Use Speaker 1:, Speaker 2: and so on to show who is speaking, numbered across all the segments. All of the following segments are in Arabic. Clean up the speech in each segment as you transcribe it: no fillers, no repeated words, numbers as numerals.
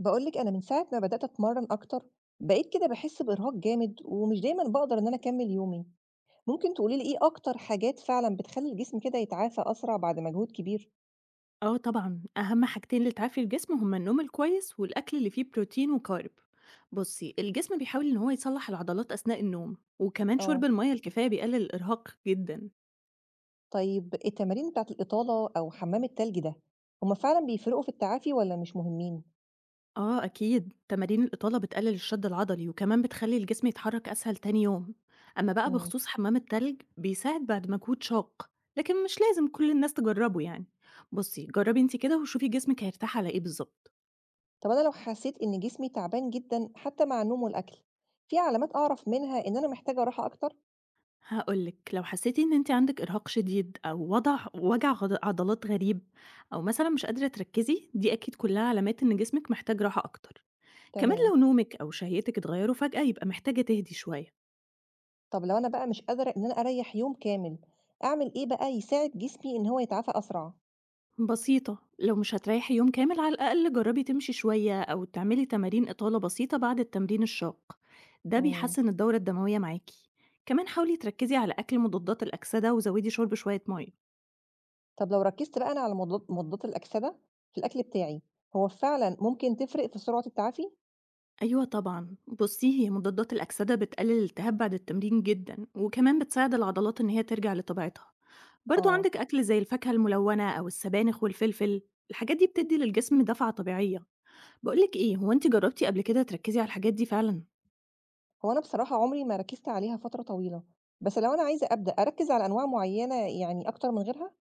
Speaker 1: باقول لِك أنا من ساعة ما بدأت أتمرّن أكتر، بقيت كده باحس بإرهاق جامد ومش دايمًا باقدر إن أنا أكمّل يومي. ممكن تقولي لي إيه أكتر حاجات فعلًا بتخلّي الجسم كده يتعافى أسرع بعد مجهود كبير؟
Speaker 2: آه طبعًا، أهم حاجتين لتعافي الجسم هما النوم الكويس والأكل اللي فيه بروتين وكارب. بُصّي، الجسم بيحاول إن هو يصلّح العضلات أثناء النوم، وكمان شرب
Speaker 1: آه.
Speaker 2: المَيَّة الكفاية بيقلل الإرهاق جدًا.
Speaker 1: طيب التمارين بتاعة الإطالة أو حمّام التلج ده، هم فعلًا بيفرقوا في التعافي والّا مش مهمين؟
Speaker 2: آه أكيد، تمارين الإطالة بتقلل الشد العضلي وكمان بتخلّي الجسم يتحرك أسهل تاني يوم. أما بقى
Speaker 1: إمم.
Speaker 2: بخصوص حمام التلج، بيساعد بعد مجهود شاق، لكن مش لازم كل الناس تجرّبه يعني. بُصّي، جرّبي أنتِ كده وشوفي جسمِك هيرتاح على إيه بالضبط.
Speaker 1: طب أنا لو حسيت إن جسمي تعبان جدًا حتى مع النوم والأكل، في علامات أعرف منها إن أنا محتاجة راحة أكتر؟
Speaker 2: هاقول لِك، لو حسيتِ إن أنتِ عندِك إرهاق شديد أو وضع وجع عضلات غريب أو مثلًا مش قادرة تركّزي، دي أكيد كلها علامات إن جسمِك محتاج راحة أكتر. كمان
Speaker 1: تمام.
Speaker 2: لو نومِك أو شهيتِك اتغيّروا فجأة، يبقى محتاجة تهدي شوية.
Speaker 1: طب لو أنا بقى مش قادرة إن أنا أريّح يوم كامل، أعمل إيه بقى يساعد جسمي إن هو يتعافى أسرع؟
Speaker 2: بسيطة، لو مش هتريّحي يوم كامل، على الأقل جرّبي تمشي شوية أو تعملي تمارين إطالة بسيطة بعد التمرين الشاق، ده
Speaker 1: إمم.
Speaker 2: بيحسّن الدورة الدموية معاكِ. كمان حاولي تركّزي على أكل مضادات الأكسدة وزوّدي شُرب شوية مَيّة.
Speaker 1: طب لو ركّزت بقى أنا على مضادات الأكسدة في الأكل بتاعي، هو فعلًا ممكن تفرق في سرعة التعافي؟
Speaker 2: أيوه طبعًا. بُصّي، هي مضادات الأكسدة بتقلل الالتهاب بعد التمرين جدًا، وكمان بتساعد العضلات إن هي ترجع لطبيعتها. برضه
Speaker 1: آه.
Speaker 2: عندِك أكل زي الفاكهة الملونة أو السبانخ والفلفل، الحاجات دي بتدّي للجسم دفعة طبيعية. باقول لِك إيه، هو أنتِ جرّبتِ قبل كده تركّزي على الحاجات دي فعلًا؟
Speaker 1: هو أنا بصراحة عمري ما ركّزت عليها فترة طويلة، بس لو أنا عايزة أبدأ أركّز على أنواع معيّنة يعني أكتر من غيرها؟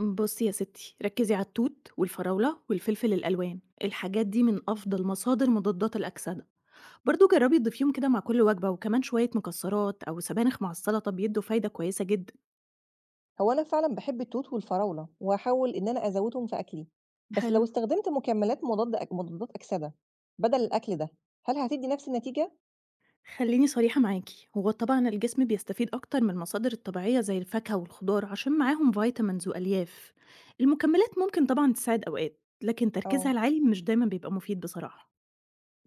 Speaker 2: بُصّي يا ستي، ركّزي على التوت والفراولة والفلفل الألوان، الحاجات دي من أفضل مصادر مضادات الأكسدة. برضه جرّبي تضيفيهم كده مع كل وجبة، وكمان شوية مكسّرات أو سبانخ مع السلطة بيدّوا فايدة كويسة جدًا.
Speaker 1: هو أنا فعلًا باحب التوت والفراولة، وهاحاول إن أنا أزوّدهم في أكلي، بس لو
Speaker 2: حلو.
Speaker 1: استخدمت مكملات مضادات أكسدة بدل الأكل ده، هل هتدّي نفس النتيجة؟
Speaker 2: خلّيني صريحة معاكِ، هو طبعًا الجسم بيستفيد أكتر من المصادر الطبيعية زي الفاكهة والخضار عشان معاهم vitamins وألياف. المكملات ممكن طبعًا تساعد أوقات، لكن تركيزها
Speaker 1: آه.
Speaker 2: العالي مش دايمًا بيبقى مفيد بصراحة.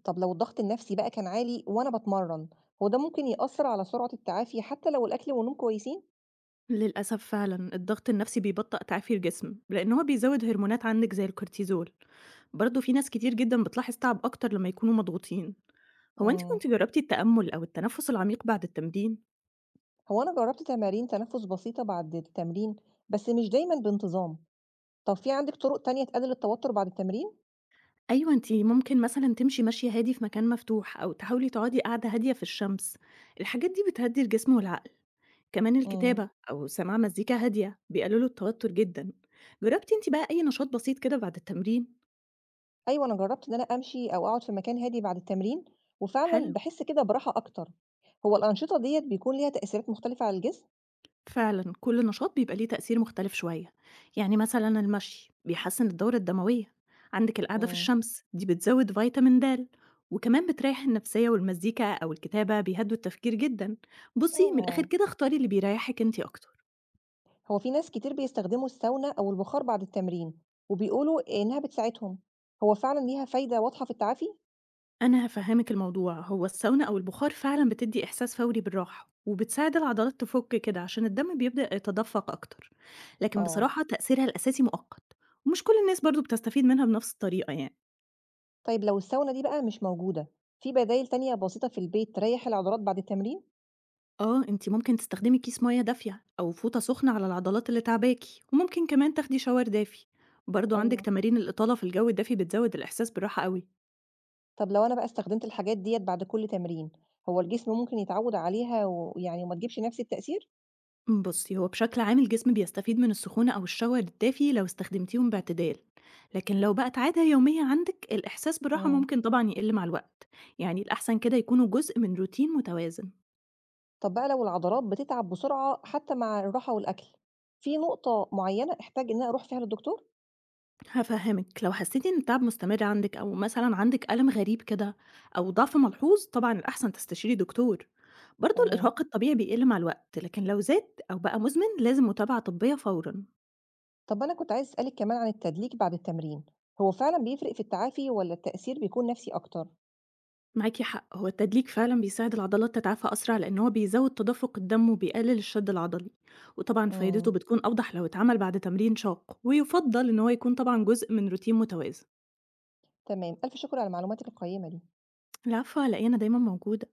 Speaker 1: طب لو الضغط النفسي بقى كان عالي وأنا باتمرّن، هو ده ممكن يأثّر على سرعة التعافي حتى لو الأكل والنوم كويسين؟
Speaker 2: للأسف فعلًا الضغط النفسي بيبطأ تعافي الجسم، لإن هو بيزوّد هرمونات عندِك زي الكورتيزول. برضه في ناس كتير جدًا بتلاحظ تعب أكتر لمّا يكونوا مضغوطين. هو أنتِ
Speaker 1: إمم.
Speaker 2: كنتِ جرّبتِ التأمل أو التنفس العميق بعد التمرين؟
Speaker 1: هو أنا جرّبت تمارين تنفُّس بسيطة بعد التمرين، بس مش دايمًا بانتظام. طب في عندِك طرق تانية تقلِّل التوتُّر بعد التمرين؟
Speaker 2: أيوه، أنتِ ممكن مثلًا تمشي مشي هادي في مكان مفتوح، أو تحاولي تقعدي قعدة هادية في الشمس، الحاجات دي بتهدّي الجسم والعقل، كمان
Speaker 1: إمم.
Speaker 2: الكتابة أو سماع مزيكا هادية بيقللوا التوتر جدًا. جربتِ أنتِ بقى أي نشاط بسيط كده بعد التمرين؟
Speaker 1: أيوه، أنا جرّبت إن أنا أمشي أو أقعد في مكان هادي بعد التمرين، وفعلًا
Speaker 2: حلو،
Speaker 1: باحس كده براحة أكتر. هو الأنشطة ديّة بيكون ليها تأثيرات مختلفة على الجسم؟
Speaker 2: فعلًا كل نشاط بيبقى ليه تأثير مختلف شوية، يعني مثلًا المشي بيحسّن الدورة الدموية، عندِك القعدة في
Speaker 1: إمم.
Speaker 2: الشمس دي بتزوّد فيتامين د، وكمان بتريّح النفسية والمزيكا أو الكتابة بيهدّوا التفكير جدًا. بُصّي، من الآخر
Speaker 1: آه.
Speaker 2: كده اختاري اللي بيريّحِك أنتِ أكتر.
Speaker 1: هو في ناس كتير بيستخدموا الساونا أو البخار بعد التمرين وبيقولوا إنها بتساعدهم، هو فعلا ليها فايدة واضحة في التعافي؟
Speaker 2: أنا هافهّمِك الموضوع، هو الساونا أو البُخار فعلًا بتدّي إحساس فوري بالراحة، وبتساعد العضلات تفُك كده عشان الدم بيبدأ يتدفّق أكتر، لكن
Speaker 1: آه.
Speaker 2: بصراحة تأثيرها الأساسي مؤقت، ومش كل الناس برضه بتستفيد منها بنفس الطريقة يعني.
Speaker 1: طيب لو الساونا دي بقى مش موجودة، في بدائل تانية بسيطة في البيت تريح العضلات بعد التمرين؟
Speaker 2: آه، أنتِ ممكن تستخدمي كيس مَيّة دافية أو فوطة سخنة على العضلات اللي تاعباكِ، وممكن كمان تاخدي shower دافي. برضه عندِك
Speaker 1: أيوه.
Speaker 2: تمارين الإطالة في الجو الدافي بتزوّد الإحساس بالراحة أوي.
Speaker 1: طب لو أنا بقى استخدمت الحاجات ديت بعد كل تمرين، هو الجسم ممكن يتعود عليها ويعني وما تجيبش نفس التأثير؟
Speaker 2: بصي هو بشكل عام الجسم بيستفيد من السخونة أو الشاور الدافي لو استخدمتيهم باعتدال، لكن لو بقت عادة يومية عندك الإحساس بالراحة
Speaker 1: مم.
Speaker 2: ممكن طبعا يقل مع الوقت، يعني الأحسن كده يكونوا جزء من روتين متوازن.
Speaker 1: طب بقى لو العضلات بتتعب بسرعة حتى مع الراحة والأكل، في نقطة معينة أحتاج إن أنا أروح فيها للدكتور؟
Speaker 2: هفهمك، لو حسيتي إن التعب مستمر عندك أو مثلا عندك ألم غريب كده أو ضعف ملحوظ طبعا الأحسن تستشيري دكتور. برضه
Speaker 1: تمام.
Speaker 2: الإرهاق الطبيعي بيقل مع الوقت، لكن لو زاد أو بقى مزمن لازم متابعة طبية فورا.
Speaker 1: طب أنا كنت عايز أسألِك كمان عن التدليك بعد التمرين، هو فعلًا بيفرق في التعافي والّا التأثير بيكون نفسي أكتر؟
Speaker 2: معاكِ حق، هو التدليك فعلًا بيساعد العضلات تتعافى أسرع، لإن هو بيزود تدفق الدم وبيقلل الشد العضلي، وطبعًا
Speaker 1: إمم،
Speaker 2: فايدته بتكون أوضح لو اتعمل بعد تمرين شاق، ويُفضّل إن هو يكون طبعًا جزء من روتين متوازن.
Speaker 1: تمام، ألف شكر على معلوماتِك القيّمة دي.
Speaker 2: العفو، على إيه، أنا دايمًا موجودة.